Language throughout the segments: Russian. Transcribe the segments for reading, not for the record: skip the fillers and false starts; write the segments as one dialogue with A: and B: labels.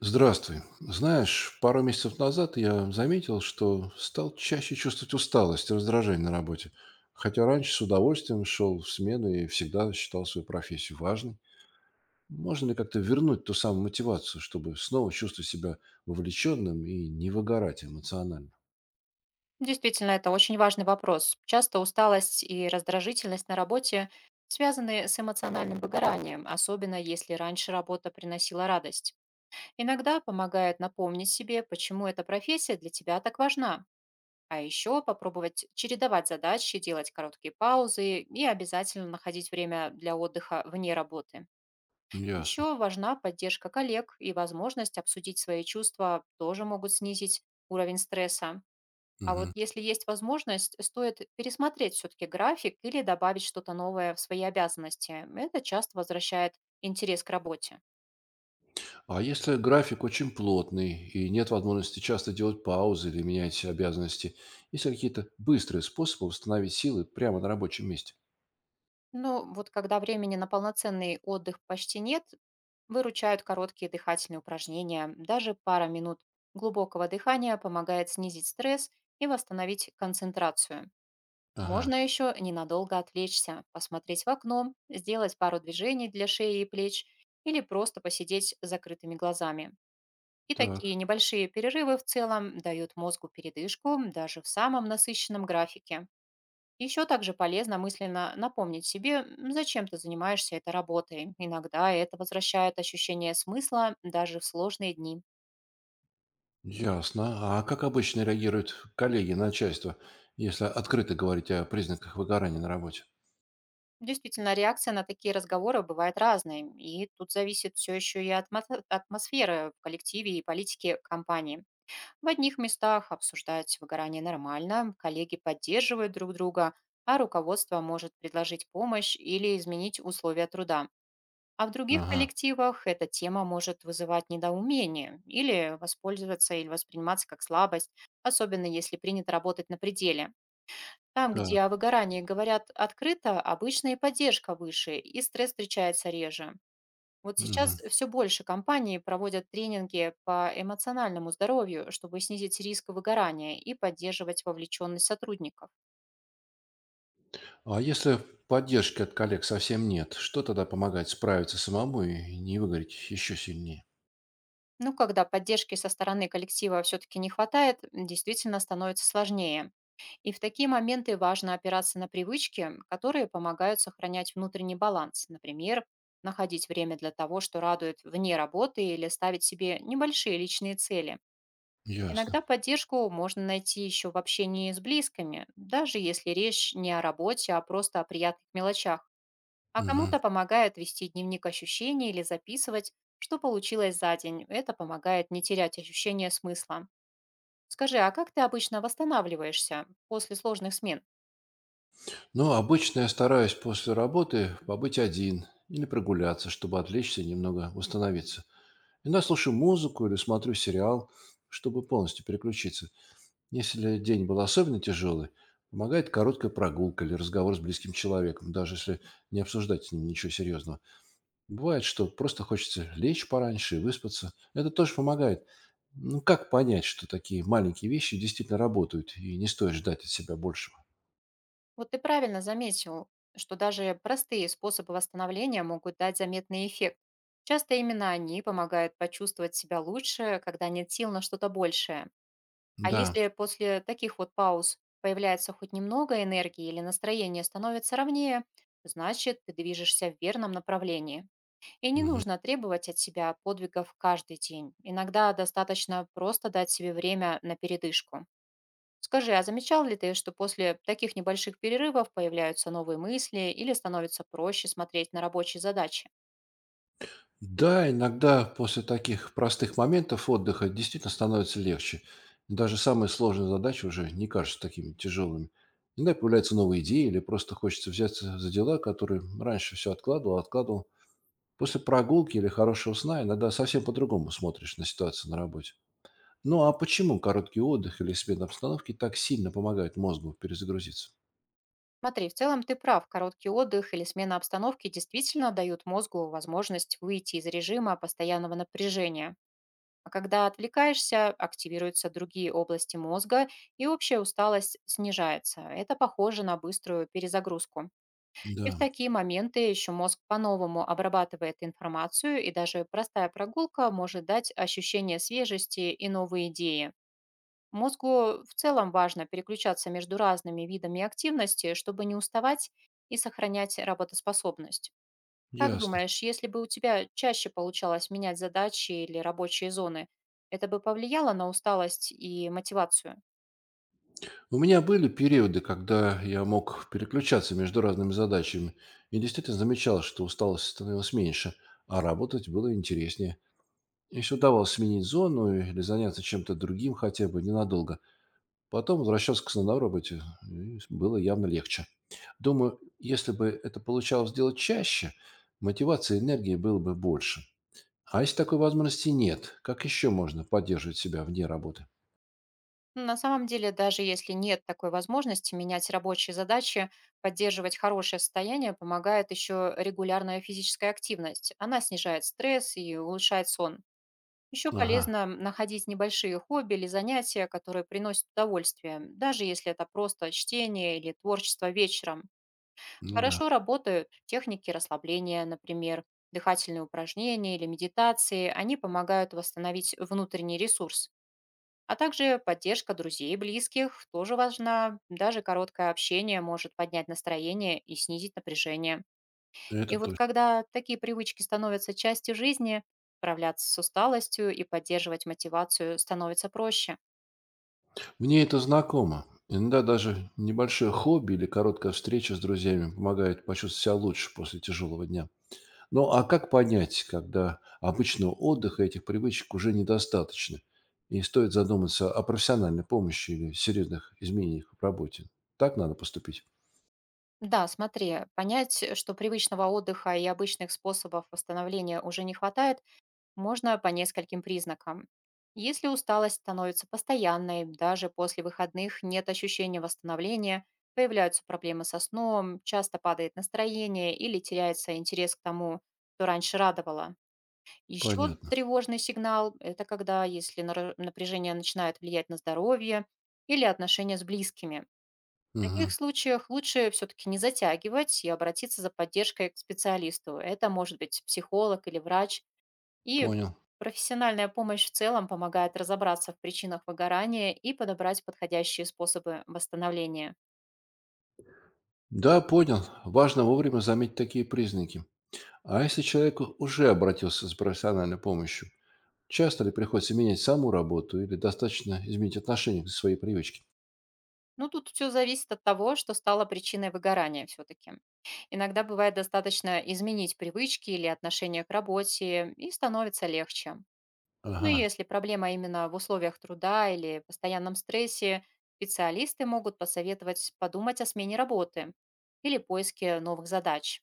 A: Здравствуй. Знаешь, пару месяцев назад я заметил, что стал чаще чувствовать усталость и раздражение на работе, хотя раньше с удовольствием шел в смену и всегда считал свою профессию важной. Можно ли как-то вернуть ту самую мотивацию, чтобы снова чувствовать себя вовлеченным и не выгорать эмоционально?
B: Действительно, это очень важный вопрос. Часто усталость и раздражительность на работе связаны с эмоциональным выгоранием, особенно если раньше работа приносила радость. Иногда помогает напомнить себе, почему эта профессия для тебя так важна. А еще попробовать чередовать задачи, делать короткие паузы и обязательно находить время для отдыха вне работы.
A: Ясно.
B: Еще важна поддержка коллег и возможность обсудить свои чувства тоже могут снизить уровень стресса. А вот
A: Мгм.
B: если есть возможность, стоит пересмотреть все-таки график или добавить что-то новое в свои обязанности. Это часто возвращает интерес к работе.
A: А если график очень плотный и нет возможности часто делать паузы или менять обязанности, есть ли какие-то быстрые способы восстановить силы прямо на рабочем месте?
B: Но вот когда времени на полноценный отдых почти нет, выручают короткие дыхательные упражнения. Даже пара минут глубокого дыхания помогает снизить стресс и восстановить концентрацию.
A: Ага,
B: Можно еще ненадолго отвлечься, посмотреть в окно, сделать пару движений для шеи и плеч или просто посидеть с закрытыми глазами. И такие
A: так.
B: небольшие перерывы в целом дают мозгу передышку даже в самом насыщенном графике. Еще также полезно мысленно напомнить себе, зачем ты занимаешься этой работой. Иногда это возвращает ощущение смысла даже в сложные дни.
A: Ясно. А как обычно реагируют коллеги, начальство, если открыто говорить о признаках выгорания на работе?
B: Действительно, реакция на такие разговоры бывает разной, и тут зависит все еще и от атмосферы в коллективе и политике компании. В одних местах обсуждать выгорание нормально, коллеги поддерживают друг друга, а руководство может предложить помощь или изменить условия труда. А в других
A: Ага,
B: коллективах эта тема может вызывать недоумение или воспользоваться или восприниматься как слабость, особенно если принято работать на пределе. Там, где о
A: так.
B: выгорании говорят открыто, обычно и поддержка выше, и стресс встречается реже. Вот сейчас
A: Мгм.
B: все больше компаний проводят тренинги по эмоциональному здоровью, чтобы снизить риск выгорания и поддерживать вовлеченность сотрудников.
A: А если поддержки от коллег совсем нет, что тогда помогает справиться самому и не выгореть еще сильнее?
B: Но когда поддержки со стороны коллектива все-таки не хватает, действительно становится сложнее. И в такие моменты важно опираться на привычки, которые помогают сохранять внутренний баланс. Например, находить время для того, что радует вне работы или ставить себе небольшие личные цели. Иногда
A: Ясно.
B: поддержку можно найти еще в общении с близкими, даже если речь не о работе, а просто о приятных мелочах. А
A: Мгм.
B: кому-то помогает вести дневник ощущений или записывать, что получилось за день. Это помогает не терять ощущение смысла. Скажи, а как ты обычно восстанавливаешься после сложных смен?
A: Ну, обычно я стараюсь после работы побыть один или прогуляться, чтобы отвлечься и немного восстановиться. Иногда слушаю музыку или смотрю сериал, чтобы полностью переключиться. Если день был особенно тяжелый, помогает короткая прогулка или разговор с близким человеком, даже если не обсуждать с ним ничего серьезного. Бывает, что просто хочется лечь пораньше и выспаться. Это тоже помогает. Ну, как понять, что такие маленькие вещи действительно работают и не стоит ждать от себя большего?
B: Вот ты правильно заметил, что даже простые способы восстановления могут дать заметный эффект. Часто именно они помогают почувствовать себя лучше, когда нет сил на что-то большее. А
A: Да.
B: если после таких вот пауз появляется хоть немного энергии или настроение становится ровнее, значит, ты движешься в верном направлении. И не
A: Мгм.
B: нужно требовать от себя подвигов каждый день. Иногда достаточно просто дать себе время на передышку. Скажи, а замечал ли ты, что после таких небольших перерывов появляются новые мысли или становится проще смотреть на рабочие задачи?
A: Да, иногда после таких простых моментов отдыха действительно становится легче. Даже самые сложные задачи уже не кажутся такими тяжелыми. Иногда появляются новые идеи или просто хочется взяться за дела, которые раньше все откладывал, откладывал. После прогулки или хорошего сна иногда совсем по-другому смотришь на ситуацию на работе. Ну а почему короткий отдых или смена обстановки так сильно помогает мозгу перезагрузиться?
B: Смотри, в целом ты прав. Короткий отдых или смена обстановки действительно дают мозгу возможность выйти из режима постоянного напряжения. А когда отвлекаешься, активируются другие области мозга, и общая усталость снижается. Это похоже на быструю перезагрузку. И в
A: Да,
B: такие моменты еще мозг по-новому обрабатывает информацию, и даже простая прогулка может дать ощущение свежести и новые идеи. Мозгу в целом важно переключаться между разными видами активности, чтобы не уставать и сохранять работоспособность. Как
A: ясно.
B: думаешь, если бы у тебя чаще получалось менять задачи или рабочие зоны, это бы повлияло на усталость и мотивацию?
A: У меня были периоды, когда я мог переключаться между разными задачами и действительно замечал, что усталость становилась меньше, а работать было интереснее. Если удавалось сменить зону или заняться чем-то другим хотя бы ненадолго, потом возвращался к основной работе, и было явно легче. Думаю, если бы это получалось делать чаще, мотивации и энергии было бы больше. А если такой возможности нет, как еще можно поддерживать себя вне работы?
B: Ну, на самом деле, даже если нет такой возможности менять рабочие задачи, поддерживать хорошее состояние помогает еще регулярная физическая активность. Она снижает стресс и улучшает сон. Еще
A: Ага,
B: полезно находить небольшие хобби или занятия, которые приносят удовольствие, даже если это просто чтение или творчество вечером.
A: ну
B: Хорошо работают техники расслабления, например, дыхательные упражнения или медитации. Они помогают восстановить внутренний ресурс. А также поддержка друзей и близких тоже важна. Даже короткое общение может поднять настроение и снизить напряжение.
A: это
B: И вот
A: точно.
B: когда такие привычки становятся частью жизни, справляться с усталостью и поддерживать мотивацию становится проще.
A: Мне это знакомо. Иногда даже небольшое хобби или короткая встреча с друзьями помогает почувствовать себя лучше после тяжелого дня. Ну а как понять, когда обычного отдыха этих привычек уже недостаточно, и стоит задуматься о профессиональной помощи или серьезных изменениях в работе? Так надо поступить?
B: Да, смотри, понять, что привычного отдыха и обычных способов восстановления уже не хватает, можно по нескольким признакам. Если усталость становится постоянной, даже после выходных нет ощущения восстановления, появляются проблемы со сном, часто падает настроение или теряется интерес к тому, что раньше радовало. Еще
A: Понятно.
B: тревожный сигнал– это когда, если напряжение начинает влиять на здоровье или отношения с близкими. В таких
A: Мгм.
B: случаях лучше все-таки не затягивать и обратиться за поддержкой к специалисту. Это может быть психолог или врач. И
A: Понял.
B: профессиональная помощь в целом помогает разобраться в причинах выгорания и подобрать подходящие способы восстановления.
A: Да, понял. Важно вовремя заметить такие признаки. А если человек уже обратился за профессиональной помощью, часто ли приходится менять саму работу или достаточно изменить отношение к своей привычке?
B: Ну, тут все зависит от того, что стало причиной выгорания все таки. Иногда бывает достаточно изменить привычки или отношение к работе, и становится легче. Но
A: Ага,
B: если проблема именно в условиях труда или постоянном стрессе, специалисты могут посоветовать подумать о смене работы или поиске новых задач.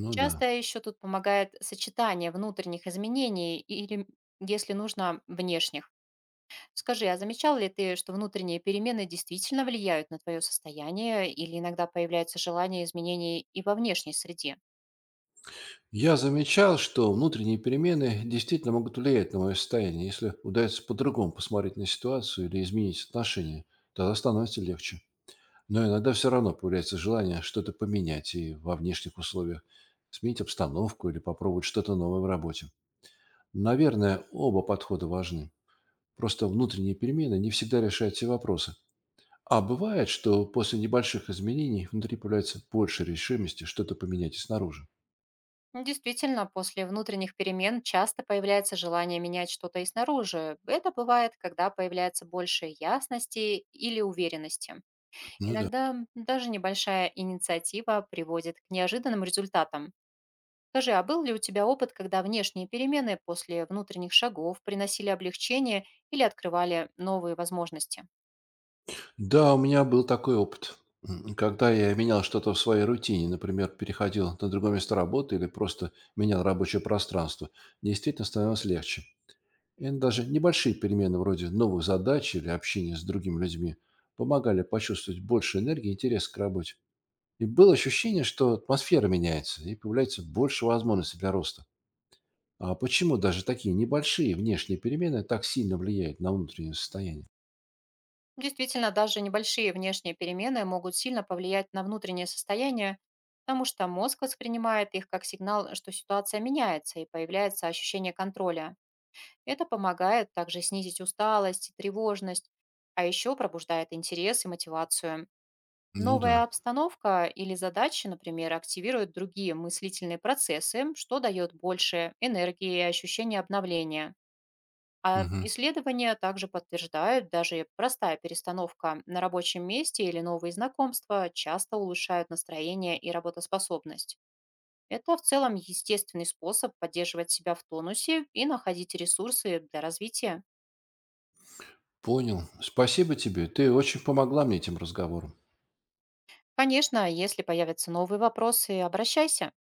A: ну да.
B: Часто еще тут помогает сочетание внутренних изменений или, если нужно, внешних. Скажи, а замечал ли ты, что внутренние перемены действительно влияют на твое состояние или иногда появляется желание изменений и во внешней среде?
A: Я замечал, что внутренние перемены действительно могут влиять на мое состояние. Если удается по-другому посмотреть на ситуацию или изменить отношения, тогда становится легче. Но иногда все равно появляется желание что-то поменять и во внешних условиях, сменить обстановку или попробовать что-то новое в работе. Наверное, оба подхода важны. Просто внутренние перемены не всегда решают все вопросы, а бывает, что после небольших изменений внутри появляется больше решимости что-то поменять и снаружи.
B: Ну, действительно, после внутренних перемен часто появляется желание менять что-то и снаружи. Это бывает, когда появляется больше ясности или уверенности.
A: Ну да.
B: Иногда даже небольшая инициатива приводит к неожиданным результатам. Скажи, а был ли у тебя опыт, когда внешние перемены после внутренних шагов приносили облегчение или открывали новые возможности?
A: Да, у меня был такой опыт. Когда я менял что-то в своей рутине, например, переходил на другое место работы или просто менял рабочее пространство, действительно становилось легче. И даже небольшие перемены вроде новых задач или общения с другими людьми помогали почувствовать больше энергии и интерес к работе. И было ощущение, что атмосфера меняется и появляется больше возможностей для роста. А почему даже такие небольшие внешние перемены так сильно влияют на внутреннее состояние?
B: Действительно, даже небольшие внешние перемены могут сильно повлиять на внутреннее состояние, потому что мозг воспринимает их как сигнал, что ситуация меняется и появляется ощущение контроля. Это помогает также снизить усталость и тревожность, а еще пробуждает интерес и мотивацию.
A: Ну
B: Новая
A: да.
B: обстановка или задачи, например, активируют другие мыслительные процессы, что дает больше энергии и ощущение обновления. А
A: Мгм.
B: исследования также подтверждают, даже простая перестановка на рабочем месте или новые знакомства часто улучшают настроение и работоспособность. Это в целом естественный способ поддерживать себя в тонусе и находить ресурсы для развития.
A: Понял. Спасибо тебе. Ты очень помогла мне этим разговором.
B: Конечно, если появятся новые вопросы, обращайся.